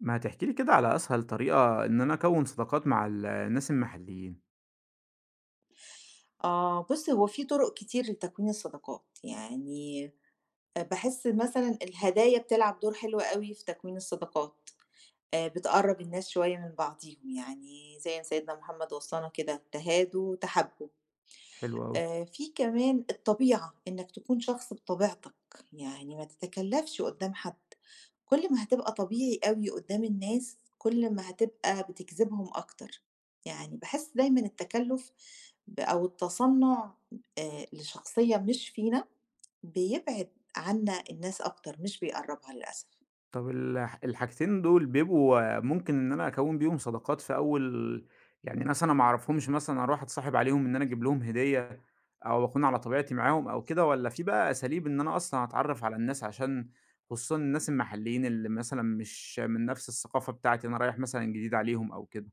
ما تحكي لي كده على أسهل طريقة إن أنا أكوّن صداقات مع الناس المحليين، آه بُص، هو في طرق كتير لتكوين الصداقات، يعني باحس مثلًا الهدايا بتلعب دور حلو أوي في تكوين الصداقات، بتقرّب الناس شوية من بعضيهم، يعني زي ما سيدنا محمد وصّانا كده تهادوا تحابوا. حلو أوي. في كمان الطبيعة، إنك تكون شخص بطبيعتك، يعني ما تتكلّفش قدّام حد. كل ما هتبقى طبيعي أوي قدّام الناس، كل ما هتبقى بتجذبهم أكتر، يعني باحس دايمًا التكلُّف أو التصنُّع لشخصية مش فينا، بيبعد عنا الناس أكتر مش بيقرّبها للأسف. طب الحاجتين دول بيبقوا ممكن إن أنا أكوّن بيهم صداقات في أول، يعني ناس أنا ما أعرفهمش مثلًا أروح أتصاحب عليهم إن أنا أجيب لهم هدية أو أكون على طبيعتي معاهم أو كده، والّا في بقى أساليب إن أنا أصلًا أتعرّف على الناس عشان خصوصًا الناس المحليين اللي مثلًا مش من نفس الثقافة بتاعتي، أنا رايح مثلًا جديد عليهم أو كده؟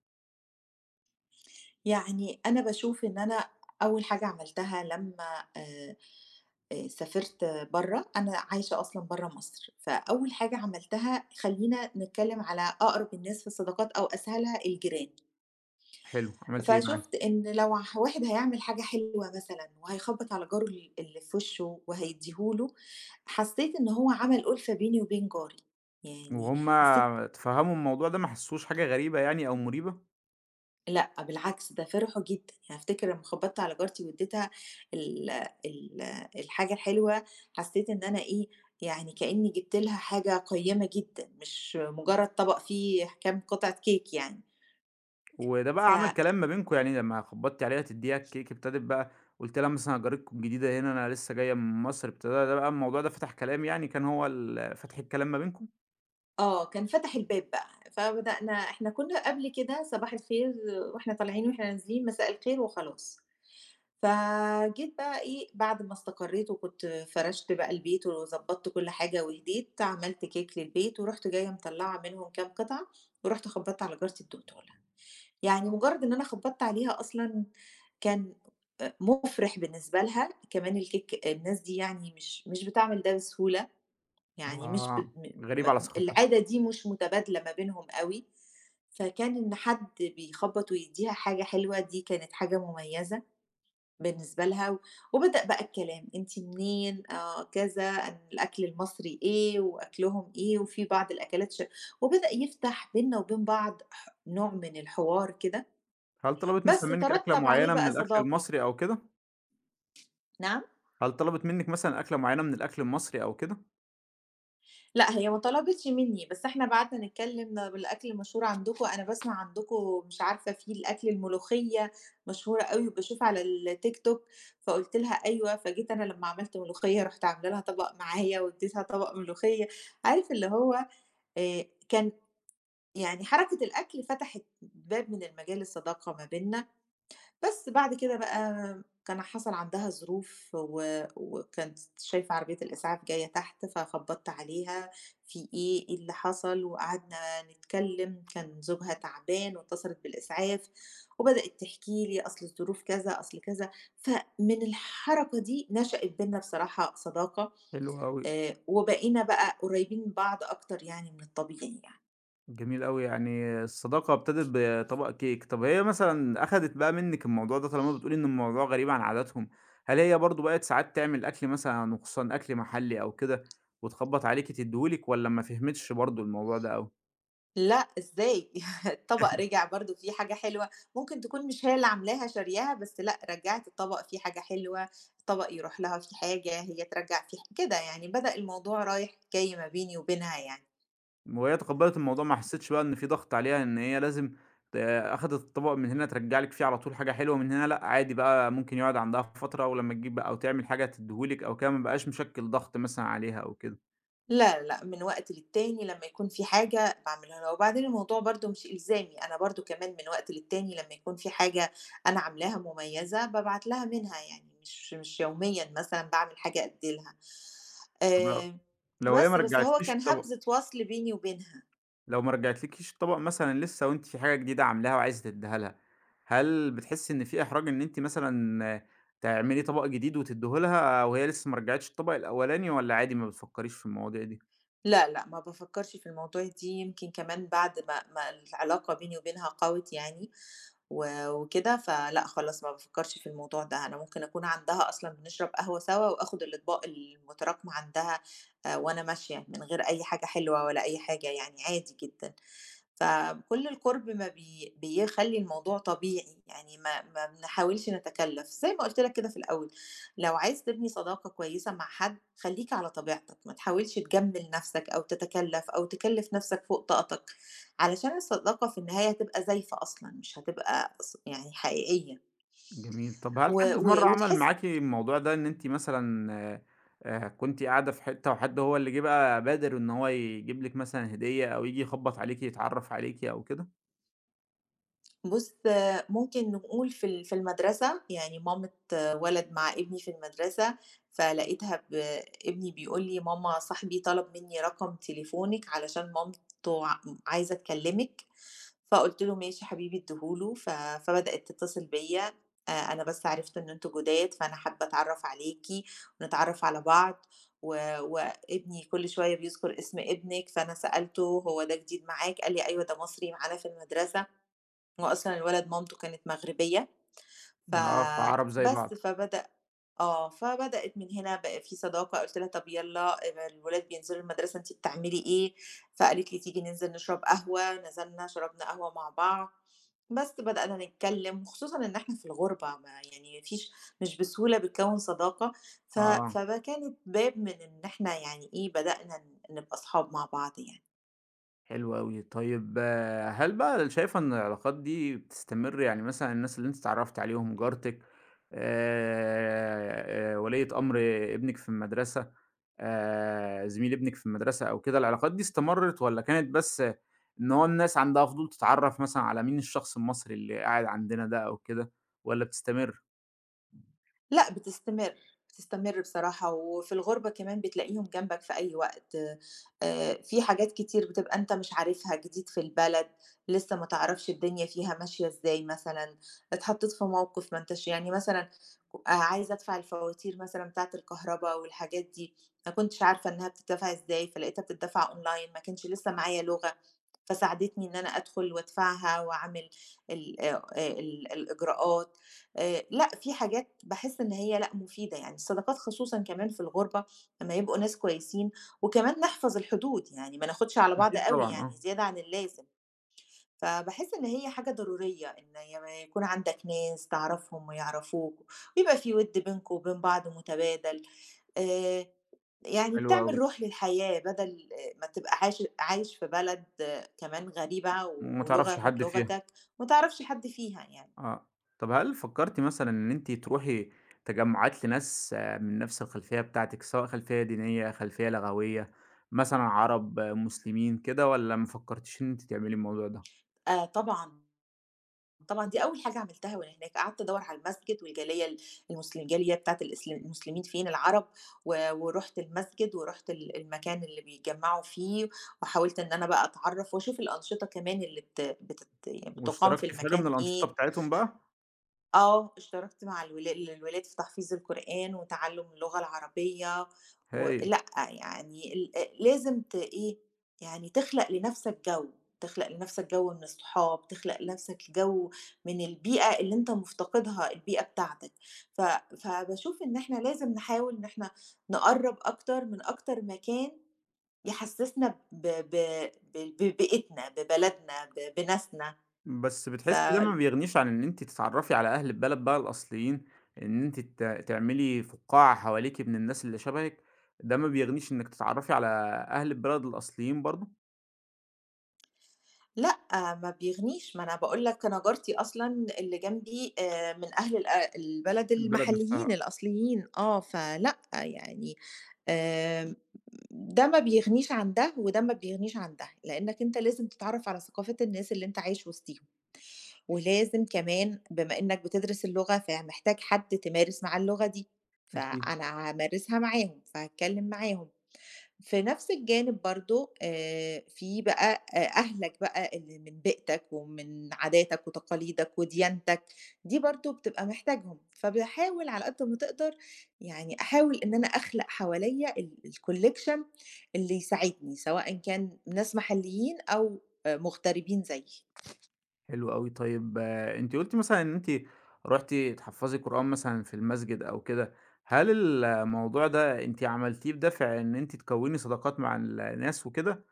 يعني أنا باشوف إن أنا أول حاجة عملتها لمّا سافرت برّه، أنا عايشة أصلًا برّه مصر، فأول حاجة عملتها خلّينا نتكلّم على أقرب الناس في الصداقات أو أسهلها الجيران. حلو، عملت إيه معاهم؟ فشُفت إن لو واحد هيعمل حاجة حلوة مثلًا وهيخبّط على جاره اللي في وشه وهيدّيه له، حسّيت إن هو عمل أُلْفة بيني وبين جاري، يعني وهُم حسّيت. اتفهّموا الموضوع ده ما حسّوش حاجة غريبة يعني أو مُريبة؟ لأ، بالعكس ده فرحوا جدًا، يعني أفتكر لمّا خبّطت على جارتي وادّيتها ال ال الحاجة الحلوة، حسّيت إن أنا إيه، يعني كإنّي جِبت لها حاجة قيّمة جدًا، مش مجرّد طبق فيه كام قطعة كيك يعني. وده ف بقى عمل كلام ما بينكم، يعني لمّا خبّطتِ عليها تدّيها الكيك ابتدت بقى، قُلتِ لها مثلًا أنا جارتكم الجديدة هنا أنا لسه جاية من مصر، ابتدى ده بقى الموضوع ده فتح كلام، يعني كان هو فتح الكلام ما بينكم؟ آه، كان فتح الباب بقى، فبدأنا إحنا كنا قبل كده صباح الخير وإحنا طالعين وإحنا نازلين، مساء الخير وخلاص. فجيت بقى إيه، بعد ما استقريت وكنت فرشت بقى البيت وضبّطت كل حاجة وهديت، عملت كيك للبيت ورُحت جاية مطلّعة منهم كام قطعة ورُحت خبّطت على جارتي الدكتورة. يعني مجرّد إن أنا خبّطت عليها أصلًا كان مُفرح بالنسبة لها، كمان الكيك الناس دي يعني مش بتعمل ده بسهولة. يعني مش ب آه، م غريب على م ثقافته. العادة دي مش متبادلة ما بينهم أوي، فكان إن حد بيخبّط ويدّيها حاجة حلوة دي كانت حاجة مميزة بالنسبة لها، وبدأ بقى الكلام أنتِ منين، آه كذا، أنا الأكل المصري إيه وأكلهم إيه، وفي بعض الأكلات وبدأ يفتح بيننا وبين بعض نوع من الحوار كده، هل طلبت مثلًا بس منِّك أكلة ترتّب عليه معيّنة من بقى الأكل صداقة. المصري أو كده؟ نعم؟ هل طلبت منِّك مثلًا أكلة معيّنة من الأكل المصري أو كده؟ لأ، هي ما طلبِتش منّي، بس إحنا بعدنا نتكلّم بالأكل المشهور عندكم، أنا باسمع عندكم مش عارفة في الأكل الملوخية مشهورة أوي وباشوف على الTikTok، فقُلت لها أيوه، فجيت أنا لمّا عملت ملوخية رُحت عاملة لها طبق معايا وادّيتها طبق ملوخية، عارف اللي هو كان يعني حركة الأكل فتحت باب من المجال الصداقة ما بيننا. بس بعد كده بقى كان حصل عندها ظروف وكانت شايفة عربية الإسعاف جاية تحت، فخبّطت عليها، في إيه، إيه اللي حصل، وقعدنا نتكلم، كان زوجها تعبان واتصلت بالإسعاف، وبدأت تحكي لي أصل الظروف كذا، أصل كذا، فمن الحركة دي نشأت بيننا بصراحة صداقة، حلو أوي. وبقينا بقى قريبين من بعض أكتر يعني من الطبيعي يعني. جميل أوي، يعني الصداقة ابتدت بطبق كيك. طب هي مثلًا أخدت بقى منِّك الموضوع ده، طالما بتقولي إن الموضوع غريب عن عاداتهم، هل هي برضه بقت ساعات تعمل أكل مثلًا وخصوصًا أكل محلي أو كده وتخبّط عليكِ تدّيه لِك، والّا ما فهمتش برضه الموضوع ده أوي؟ لأ إزاي؟ الطبق رجع برضه فيه حاجة حلوة، ممكن تكون مش هي اللي عاملاها شارياها، بس لأ رجّعت الطبق فيه حاجة حلوة، الطبق يروح لها فيه حاجة، هي ترجّع فيه كده يعني بدأ الموضوع رايح جاي ما بيني وبينها يعني. وهي تقبّلت الموضوع، ما حسّتش بقى إن في ضغط عليها إن هي لازم أخدت الطبق من هنا ترجّع لِك فيه على طول حاجة حلوة من هنا؟ لأ، عادي بقى ممكن يقعد عندها فترة ولمّا تجيب بقى أو تعمل حاجة تدّيه لِك أو كده، ما بقاش مشكّل ضغط مثلًا عليها أو كده، لا، لأ، من وقت للتاني لمّا يكون في حاجة باعملها لها، وبعدين الموضوع برضه مش إلزامي، أنا برضه كمان من وقت للتاني لمّا يكون في حاجة أنا عاملاها مميزة، بابعت لها منها يعني، مش يوميًا مثلًا باعمل حاجة أدّي لها. طب لو آآ، هي ما بس هو رجّعتلكيش كان الطبق؟ همزة وصل بيني وبينها. لو ما رجعتلكيش الطبق مثلًا لسه وأنتِ في حاجة جديدة عاملاها وعايزة تدّيها لها، هل بتحسّي إن في إحراج إن أنتِ مثلًا تعملي طبق جديد وتدّيه لها وهي لسه ما رجعتش الطبق الأولاني، والّا عادي ما بتفكّريش في المواضيع دي؟ لا، لأ، ما بافكّرش في الموضوع دي، يمكن كمان بعد ما العلاقة بيني وبينها قَوِت يعني، وكده، فلأ خلاص ما بافكّرش في الموضوع ده، أنا ممكن أكون عندها أصلًا بنشرب قهوة سوا وآخُد الأطباق المتراكمة عندها وأنا ماشية، من غير أي حاجة حلوة ولا أي حاجة يعني عادي جدًا. فكل القُرب ما بي بيخلّي الموضوع طبيعي، يعني ما بنحاولش نتكلّف، زي ما قُلت لك كده في الأول، لو عايز تبني صداقة كويسة مع حد خلّيك على طبيعتك، ما تحاولش تجمّل نَفْسك أو تتكلّف أو تكلّف نَفْسك فوق طاقتك، علشان الصداقة في النهاية هتبقى زايفة أصلًا، مش هتبقى يعني حقيقية، جميل، طَب هل و حد في و مرّة عمل وتحس. معاكِ الموضوع ده، إن أنتِ مثلًا كنتِ قاعدة في حتّة وحد هو اللي جِه بقى بادر إن هو يجيب لِك مثلًا هدية أو ييجي يخبّط عليكِ يتعرّف عليكِ أو كده؟ بُص، ممكن نقول في في المدرسة، يعني مامة ولد مع ابني في المدرسة، فلقيتها ب ابني بيقول لي: "ماما صاحبي طلب منّي رقم تليفونِك علشان مامته عايزة تكلمِك." فقُلت له: "ماشي حبيبي ادّيه له." فبدأت تتصل بيّا، أنا بس عرفت إن أنتم جُداد، فأنا حابة أتعرّف عليكِ ونتعرّف على بعض و وابني كل شوية بيذكر اسم ابنِك، فأنا سألته هو ده جديد معاك؟" قال لي: "أيوه ده مصري معانا في المدرسة." هو أصلًا الولد مامته كانت مغربية، آه، فعَرَب زي بعض، فبدأ. آه، فبدأت من هنا بقى في صداقة، قُلت لها: "طب يالّا الولاد بينزلوا المدرسة أنتِ بتعملي إيه؟" فقالت لي: "تيجي ننزل نشرب قهوة." نزلنا شربنا قهوة مع بعض، بس بدأنا نتكلم، وخصوصًا إن إحنا في الغربة ما يعني ما فيش مش بسهولة بتكوّن صداقة، ف آه. فده كانت باب من إن إحنا يعني إيه، بدأنا نبقى أصحاب مع بعض يعني. حلو أوي. طيب آه، هل بقى شايفة إن العلاقات دي بتستمر؟ يعني مثلًا الناس اللي أنتِ اتعرّفتِ عليهم، جارتِك، وليّة أمر ابنِك في المدرسة، زميل ابنِك في المدرسة أو كده، العلاقات دي استمرت والّا كانت بس إن هو الناس عندها فضول تتعرّف مثلًا على مين الشخص المصري اللي قاعد عندنا ده أو كده، والّا بتستمر؟ لأ، بتستمر، بتستمر بصراحة، وفي الغُربة كمان بتلاقيهم جنبك في أي وقت، في حاجات كتير بتبقى أنت مش عارفها، جديد في البلد، لسه ما تعرفش الدنيا فيها ماشية إزاي مثلًا، اتحطّيت في موقِف ما أنتاش يعني مثلًا عايزة أدفع الفواتير مثلًا بتاعة الكهربا والحاجات دي، ما كنتش عارفة إنّها بتدّفع إزاي، فلقيتها بتدّفع online ما كانش لسه معايا لغة، فساعدتني إن أنا أدخُل وأدفعها وأعمل ال ال الإجراءات. لأ، في حاجات باحس إن هي لأ، مفيدة، يعني الصداقات خصوصًا كمان في الغُربة لمّا يبقوا ناس كويسين، وكمان نحفظ الحدود، يعني ما ناخُدش على بعض أكيد أوي طبعًا آه. يعني زيادة عن اللازم، فباحس إن هي حاجة ضرورية إن يكون عندك ناس تعرفهم ويعرفوك، ويبقى في وِد بينكم وبين بعض متبادل، آآ يعني حلو بتعمل أوي. روح للحياة بدل ما تبقى عايش في بلد كمان غريبة وما ولغة تعرفش غير حد فيها. لغتك، وما تعرفش حد فيها يعني. آه. طب هل فكرتِ مثلًا إن أنتِ تروحي تجمعات لناس آه، من نفس الخلفية بتاعتِك، سواء خلفية دينية، خلفية لغوية، مثلًا عرب، آه، مسلمين، كده، والّا ما فكرتيش إن أنتِ تعملي الموضوع ده؟ آه طبعًا. طبعًا دي أول حاجة عملتها وأنا هناك، قعدت أدوّر على المسجد والجالية ال المسل الجالية بتاعة المسلمين فين، العرب، ورُحت المسجد ورُحت المكان اللي بيتجمّعوا فيه، وحاولت إن أنا بقى أتعرّف وأشوف الأنشطة كمان اللي بت بتت يعني بتُقام في واشتركتِ في حاجة من المكان الأنشطة إيه، بتاعتهم بقى؟ آه، اشتركت مع الولاد في تحفيظ القرآن وتعلُّم اللغة العربية هايل. لأ، يعني ال أ لازم إيه، يعني تخلق لنَفْسك جو، تخلق لنَفْسك جو من الصحاب، تخلق لنَفْسك جو من البيئة اللي أنت مفتقدها، البيئة بتاعتك. ف فباشوف إن إحنا لازم نحاول إن إحنا نقرّب أكتر من أكتر مكان يحسّسنا ب ب ب ببيئتنا، ببلدنا، بناسنا، بس ف بتحسي ده ما بيغنيش عن إن أنتِ تتعرفي على أهل البلد بقى الأصليين، إن أنتِ تعملي فقاعة حواليكِ من الناس اللي شبهِك، ده ما بيغنيش إنِك تتعرفي على أهل البلد الأصليين برضه؟ لأ، ما بيغنيش، ما أنا باقول لك أنا جارتي أصلًا اللي جنبي من أهل البلد البلد نفسها، المحليين الأصليين آه، فلأ يعني. آمم ده ما بيغنيش عن ده، وده ما بيغنيش عن ده، لإنّك أنت لازم تتعرّف على ثقافة الناس اللي أنت عايش وسطيهم، ولازم كمان بما إنّك بتدرس اللغة فمحتاج حد تمارس معاه اللغة دي، أكيد. فأنا هامارسها معاهم، فهاتكلّم معاهم. في نفس الجانب برضه في بقى أهلك بقى اللي من بيئتك ومن عاداتك وتقاليدك وديانتك، دي برضه بتبقى محتاجهم، فباحاول على قد ما تقدر يعني أحاول إن أنا أخلق حواليّا الcollection اللي يساعدني، سواء كان ناس محليين أو مغتربين زيي. حلو أوي. طيب آه، أنتِ قُلتِ مثلًا إن أنتِ رُحتِ تحفّظي قرآن مثلًا في المسجد أو كده، هل الموضوع ده أنتِ عملتيه بدافع إن أنتِ تكوّني صداقات مع الناس وكده،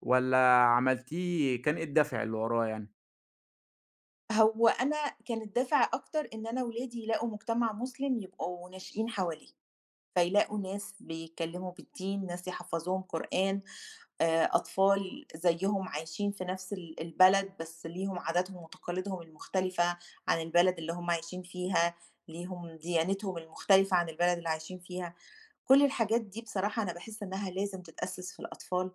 والّا عملتيه كان إيه الدافع اللي وراه يعني؟ هو أنا كان الدافع أكتر إن أنا ولادي يلاقوا مجتمع مسلم يبقوا ناشئين حواليه، فيلاقوا ناس بيتكلموا بالدين، ناس يحفظوهم قرآن، أطفال زيّهم عايشين في نفس البلد، بس ليهم عاداتهم وتقاليدهم المختلفة عن البلد اللي هم عايشين فيها، ليهم ديانتهم المختلفة عن البلد اللي عايشين فيها. كل الحاجات دي بصراحة أنا باحس إنها لازم تتأسس في الأطفال،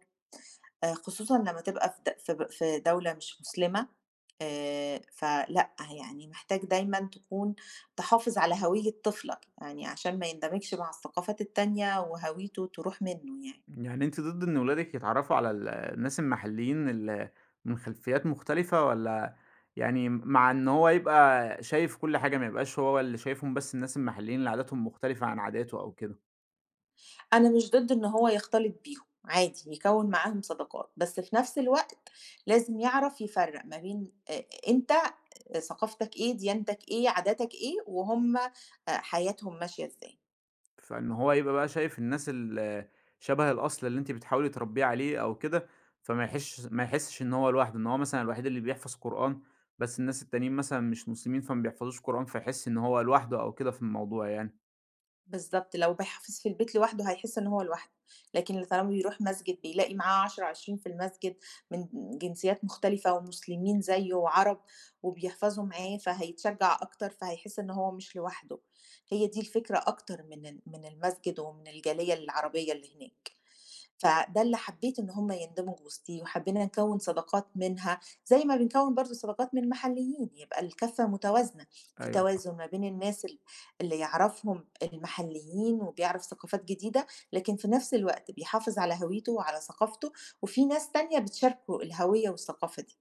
خصوصًا لمّا تبقى في د في ب في دولة مش مسلمة، فلأ، يعني محتاج دايمًا تكون تحافظ على هوية طفلك، يعني عشان ما يندمجش مع الثقافات التانية وهويته تروح منّه يعني. يعني أنتِ ضد إن ولادِك يتعرّفوا على الناس المحليين من خلفيات مختلفة، والّا يعني مع إن هو يبقى شايف كل حاجة، ما يبقاش هو اللي شايفهم بس الناس المحليين اللي عاداتهم مختلفة عن عاداته أو كده؟ أنا مش ضد إن هو يختلط بيهم، عادي يكوّن معاهم صداقات، بس في نفس الوقت لازم يعرف يفرّق ما بين أنت ثقافتك إيه، ديانتك إيه، عاداتك إيه، وهُم حياتهم ماشية إزاي. فإن هو يبقى بقى شايف الناس شبه الأصل اللي أنتِ بتحاولي تربّيه عليه أو كده، فما يحسش ما يحسش إن هو لوحده، إن هو مثلًا الوحيد اللي بيحفظ قرآن، بس الناس التانيين مثلًا مش مسلمين فما بيحفظوش قرآن، فيحس إن هو لوحده أو كده في الموضوع يعني. بالضبط، لو بيحافظ في البيت لوحده هيحس إن هو لوحده، لكن طالما بيروح مسجد بيلاقي معاه 10، 20 في المسجد من جنسيات مختلفة ومسلمين زيه وعرب، وبيحفظوا معاه فهيتشجع أكتر، فهيحس إن هو مش لوحده، هي دي الفكرة أكتر من من المسجد ومن الجالية العربية اللي هناك. فده اللي حبيت إن هم يندمجوا وسطيه، وحبينا نكوّن صداقات منها، زي ما بنكوّن برضه صداقات من محليين، يبقى الكفة متوازنة، في أيوه. توازن ما بين الناس اللي يعرفهم المحليين وبيعرف ثقافات جديدة، لكن في نفس الوقت بيحافظ على هويته وعلى ثقافته، وفي ناس تانية بتشاركه الهوية والثقافة دي.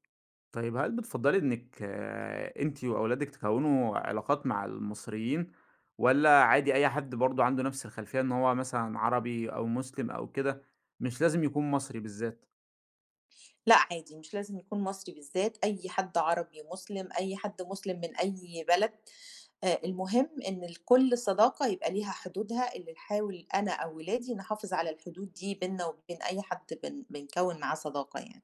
طيب هل بتفضّلي إنِّك آه، أنتِ وأولادِك تكوّنوا علاقات مع المصريين، والّا عادي أي حد برضه عنده نفس الخلفية إن هو مثلًا عربي أو مسلم أو كده، مش لازم يكون مصري بالذات؟ لأ عادي، مش لازم يكون مصري بالذات، أي حد عربي مسلم، أي حد مسلم من أي بلد المهم إن لكل صداقة يبقى ليها حدودها اللي نحاول أنا أو ولادي نحافظ على الحدود دي بيننا وبين أي حد بنكوّن معاه صداقة يعني.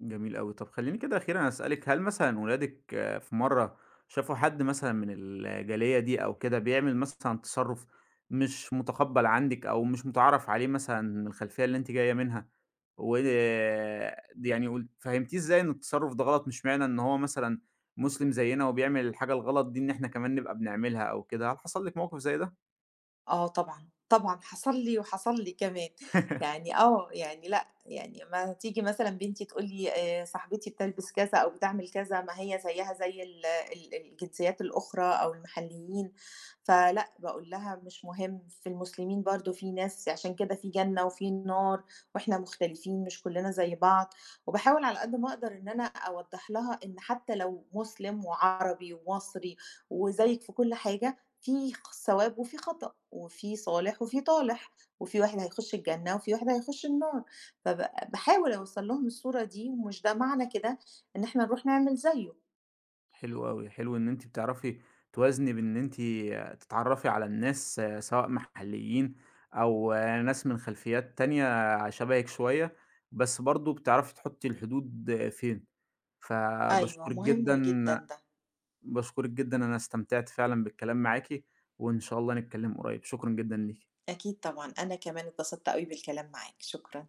جميل أوي. طب خلّيني كده أخيرًا أسألِك، هل مثلًا ولادِك آه، في مرّة شافوا حد مثلًا من الجالية دي أو كده بيعمل مثلًا تصرُّف مش مُتقبّل عندِك أو مش مُتعارف عليه مثلًا من الخلفية اللي أنتِ جاية منها، و دي يعني قُل فهمتيه إزاي إن التصرُّف ده غلط، مش معنى إن هو مثلًا مسلم زيّنا وبيعمل الحاجة الغلط دي إن إحنا كمان نبقى بنعملها أو كده، هل حصل لِك موقِف زي ده؟ آه طبعًا، طبعًا حصل لي وحصل لي كمان، يعني آه، يعني لأ، يعني أمّا تيجي مثلًا بنتي تقول لي صاحبتي بتلبس كذا أو بتعمل كذا، ما هي زيها زي ال ال الجنسيات الأخرى أو المحليين، فلأ، باقول لها مش مهم، في المسلمين برضه في ناس عشان كده في جنة وفي نار وإحنا مختلفين، مش كلّنا زي بعض، وباحاول على قد ما أقدر إن أنا أوضّح لها إن حتى لو مسلم وعربي ومصري وزيِّك في كل حاجة، في صواب وفي خطأ. وفي صالح وفي طالح، وفي واحد هيخش الجنة وفي واحد هيخش النار، فب باحاول أوصّل لهم الصورة دي، ومش ده معنى كده إن إحنا نروح نعمل زيه. حلو أوي، حلو إن أنتِ بتعرفي توازني بإن أنتِ تتعرفي على الناس آه، سواء محليين أو آه، ناس من خلفيات تانية شبهِك شوية، بس برضه بتعرفي تحطي الحدود آه، فين، أيوه، فباشكرِك مهم جدًا جدًا، ده، باشكرِك جدًا أنا استمتعت فعلًا بالكلام معاكِ، وإن شاء الله نتكلم قريب، شكرًا جدًا ليكِ. أكيد طبعًا، أنا كمان اتبسطت أوي بالكلام معاك، شكرًا.